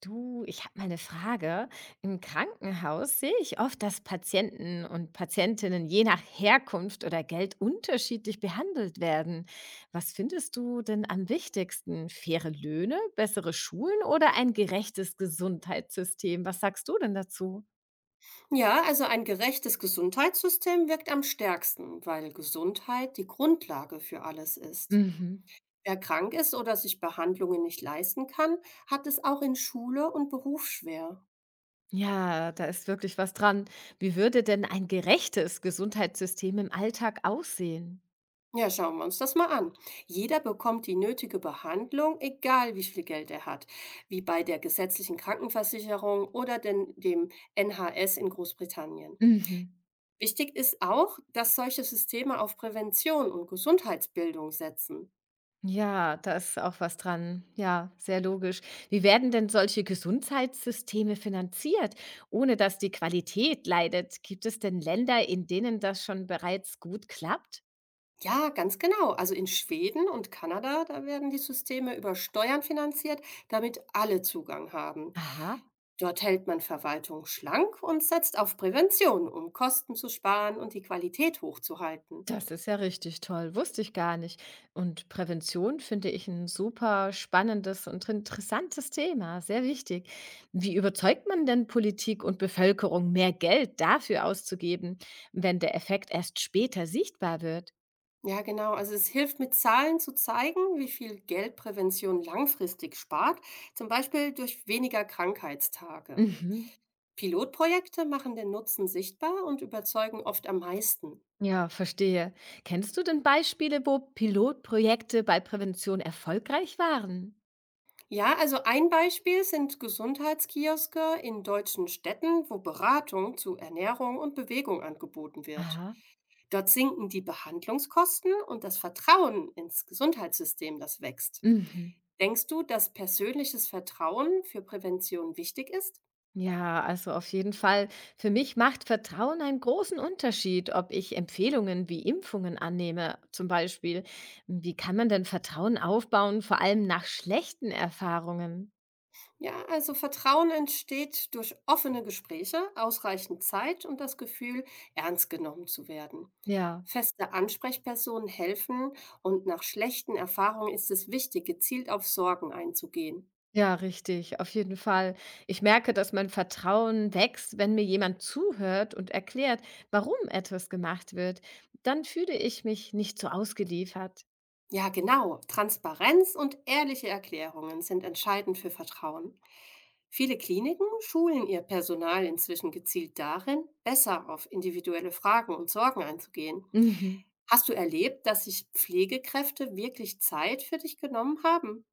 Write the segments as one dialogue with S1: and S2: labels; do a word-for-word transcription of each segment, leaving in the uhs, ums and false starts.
S1: Du, ich habe mal eine Frage. Im Krankenhaus sehe ich oft, dass Patienten und Patientinnen je nach Herkunft oder Geld unterschiedlich behandelt werden. Was findest du denn am wichtigsten? Faire Löhne, bessere Schulen oder ein gerechtes Gesundheitssystem? Was sagst du denn dazu?
S2: Ja, also ein gerechtes Gesundheitssystem wirkt am stärksten, weil Gesundheit die Grundlage für alles ist.
S1: Mhm.
S2: Wer krank ist oder sich Behandlungen nicht leisten kann, hat es auch in Schule und Beruf schwer.
S1: Ja, da ist wirklich was dran. Wie würde denn ein gerechtes Gesundheitssystem im Alltag aussehen?
S2: Ja, schauen wir uns das mal an. Jeder bekommt die nötige Behandlung, egal wie viel Geld er hat, wie bei der gesetzlichen Krankenversicherung oder den, dem N H S in Großbritannien.
S1: Mhm.
S2: Wichtig ist auch, dass solche Systeme auf Prävention und Gesundheitsbildung setzen.
S1: Ja, da ist auch was dran. Ja, sehr logisch. Wie werden denn solche Gesundheitssysteme finanziert, ohne dass die Qualität leidet? Gibt es denn Länder, in denen das schon bereits gut klappt?
S2: Ja, ganz genau. Also in Schweden und Kanada, da werden die Systeme über Steuern finanziert, damit alle Zugang haben.
S1: Aha,
S2: Dort hält man Verwaltung schlank und setzt auf Prävention, um Kosten zu sparen und die Qualität hochzuhalten.
S1: das ist ja richtig toll. Wusste ich gar nicht. Und Prävention finde ich ein super spannendes und interessantes Thema. Sehr wichtig. Wie überzeugt man denn Politik und Bevölkerung, mehr Geld dafür auszugeben, wenn der Effekt erst später sichtbar wird?
S2: Ja, genau. Also es hilft mit Zahlen zu zeigen, wie viel Geld Prävention langfristig spart, zum Beispiel durch weniger Krankheitstage.
S1: Mhm.
S2: Pilotprojekte machen den Nutzen sichtbar und überzeugen oft am meisten.
S1: Ja, verstehe. Kennst du denn Beispiele, wo Pilotprojekte bei Prävention erfolgreich waren?
S2: Ja, also ein Beispiel sind Gesundheitskioske in deutschen Städten, wo Beratung zu Ernährung und Bewegung angeboten wird.
S1: Aha.
S2: Dort sinken die Behandlungskosten und das Vertrauen ins Gesundheitssystem, das wächst.
S1: Mhm.
S2: Denkst du, dass persönliches Vertrauen für Prävention wichtig ist?
S1: Ja, also auf jeden Fall. Für mich macht Vertrauen einen großen Unterschied, ob ich Empfehlungen wie Impfungen annehme, zum Beispiel. Wie kann man denn Vertrauen aufbauen, vor allem nach schlechten Erfahrungen?
S2: Ja, also Vertrauen entsteht durch offene Gespräche, ausreichend Zeit und das Gefühl, ernst genommen zu werden.
S1: Ja.
S2: Feste Ansprechpersonen helfen und nach schlechten Erfahrungen ist es wichtig, gezielt auf Sorgen einzugehen.
S1: Ja, richtig, auf jeden Fall. Ich merke, dass mein Vertrauen wächst, wenn mir jemand zuhört und erklärt, warum etwas gemacht wird. Dann fühle ich mich nicht so ausgeliefert.
S2: Ja, genau. Transparenz und ehrliche Erklärungen sind entscheidend für Vertrauen. Viele Kliniken schulen ihr Personal inzwischen gezielt darin, besser auf individuelle Fragen und Sorgen einzugehen.
S1: Mhm.
S2: Hast du erlebt, dass sich Pflegekräfte wirklich Zeit für dich genommen haben?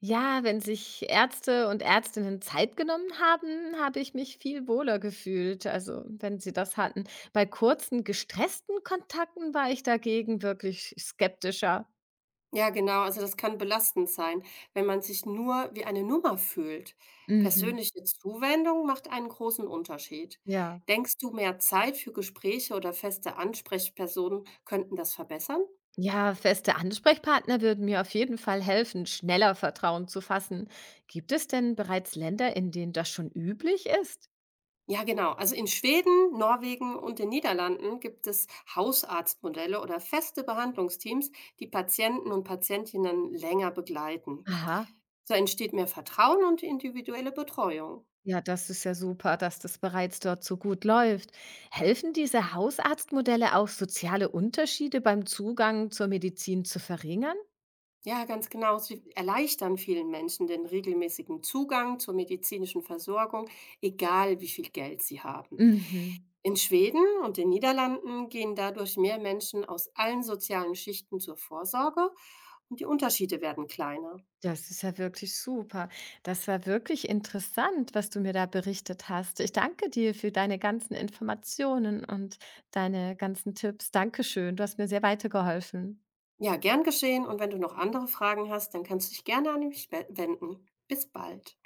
S1: Ja, wenn sich Ärzte und Ärztinnen Zeit genommen haben, habe ich mich viel wohler gefühlt. Also, wenn sie das hatten. Bei kurzen, gestressten Kontakten war ich dagegen wirklich skeptischer.
S2: Ja, genau. Also das kann belastend sein, wenn man sich nur wie eine Nummer fühlt.
S1: Mhm.
S2: Persönliche Zuwendung macht einen großen Unterschied.
S1: Ja.
S2: Denkst du, mehr Zeit für Gespräche oder feste Ansprechpersonen könnten das verbessern?
S1: Ja, feste Ansprechpartner würden mir auf jeden Fall helfen, schneller Vertrauen zu fassen. Gibt es denn bereits Länder, in denen das schon üblich ist?
S2: Ja, genau. Also in Schweden, Norwegen und den Niederlanden gibt es Hausarztmodelle oder feste Behandlungsteams, die Patienten und Patientinnen länger begleiten.
S1: Aha,
S2: So entsteht mehr Vertrauen und individuelle Betreuung.
S1: ja, das ist ja super, dass das bereits dort so gut läuft. Helfen diese Hausarztmodelle auch, soziale Unterschiede beim Zugang zur Medizin zu verringern?
S2: Ja, ganz genau. Sie erleichtern vielen Menschen den regelmäßigen Zugang zur medizinischen Versorgung, egal wie viel Geld sie haben.
S1: Mhm.
S2: In Schweden und den Niederlanden gehen dadurch mehr Menschen aus allen sozialen Schichten zur Vorsorge und die Unterschiede werden kleiner.
S1: Das ist ja wirklich super. Das war wirklich interessant, was du mir da berichtet hast. Ich danke dir für deine ganzen Informationen und deine ganzen Tipps. Dankeschön. Du hast mir sehr weitergeholfen.
S2: Ja, gern geschehen. Und wenn du noch andere Fragen hast, dann kannst du dich gerne an mich wenden. Bis bald.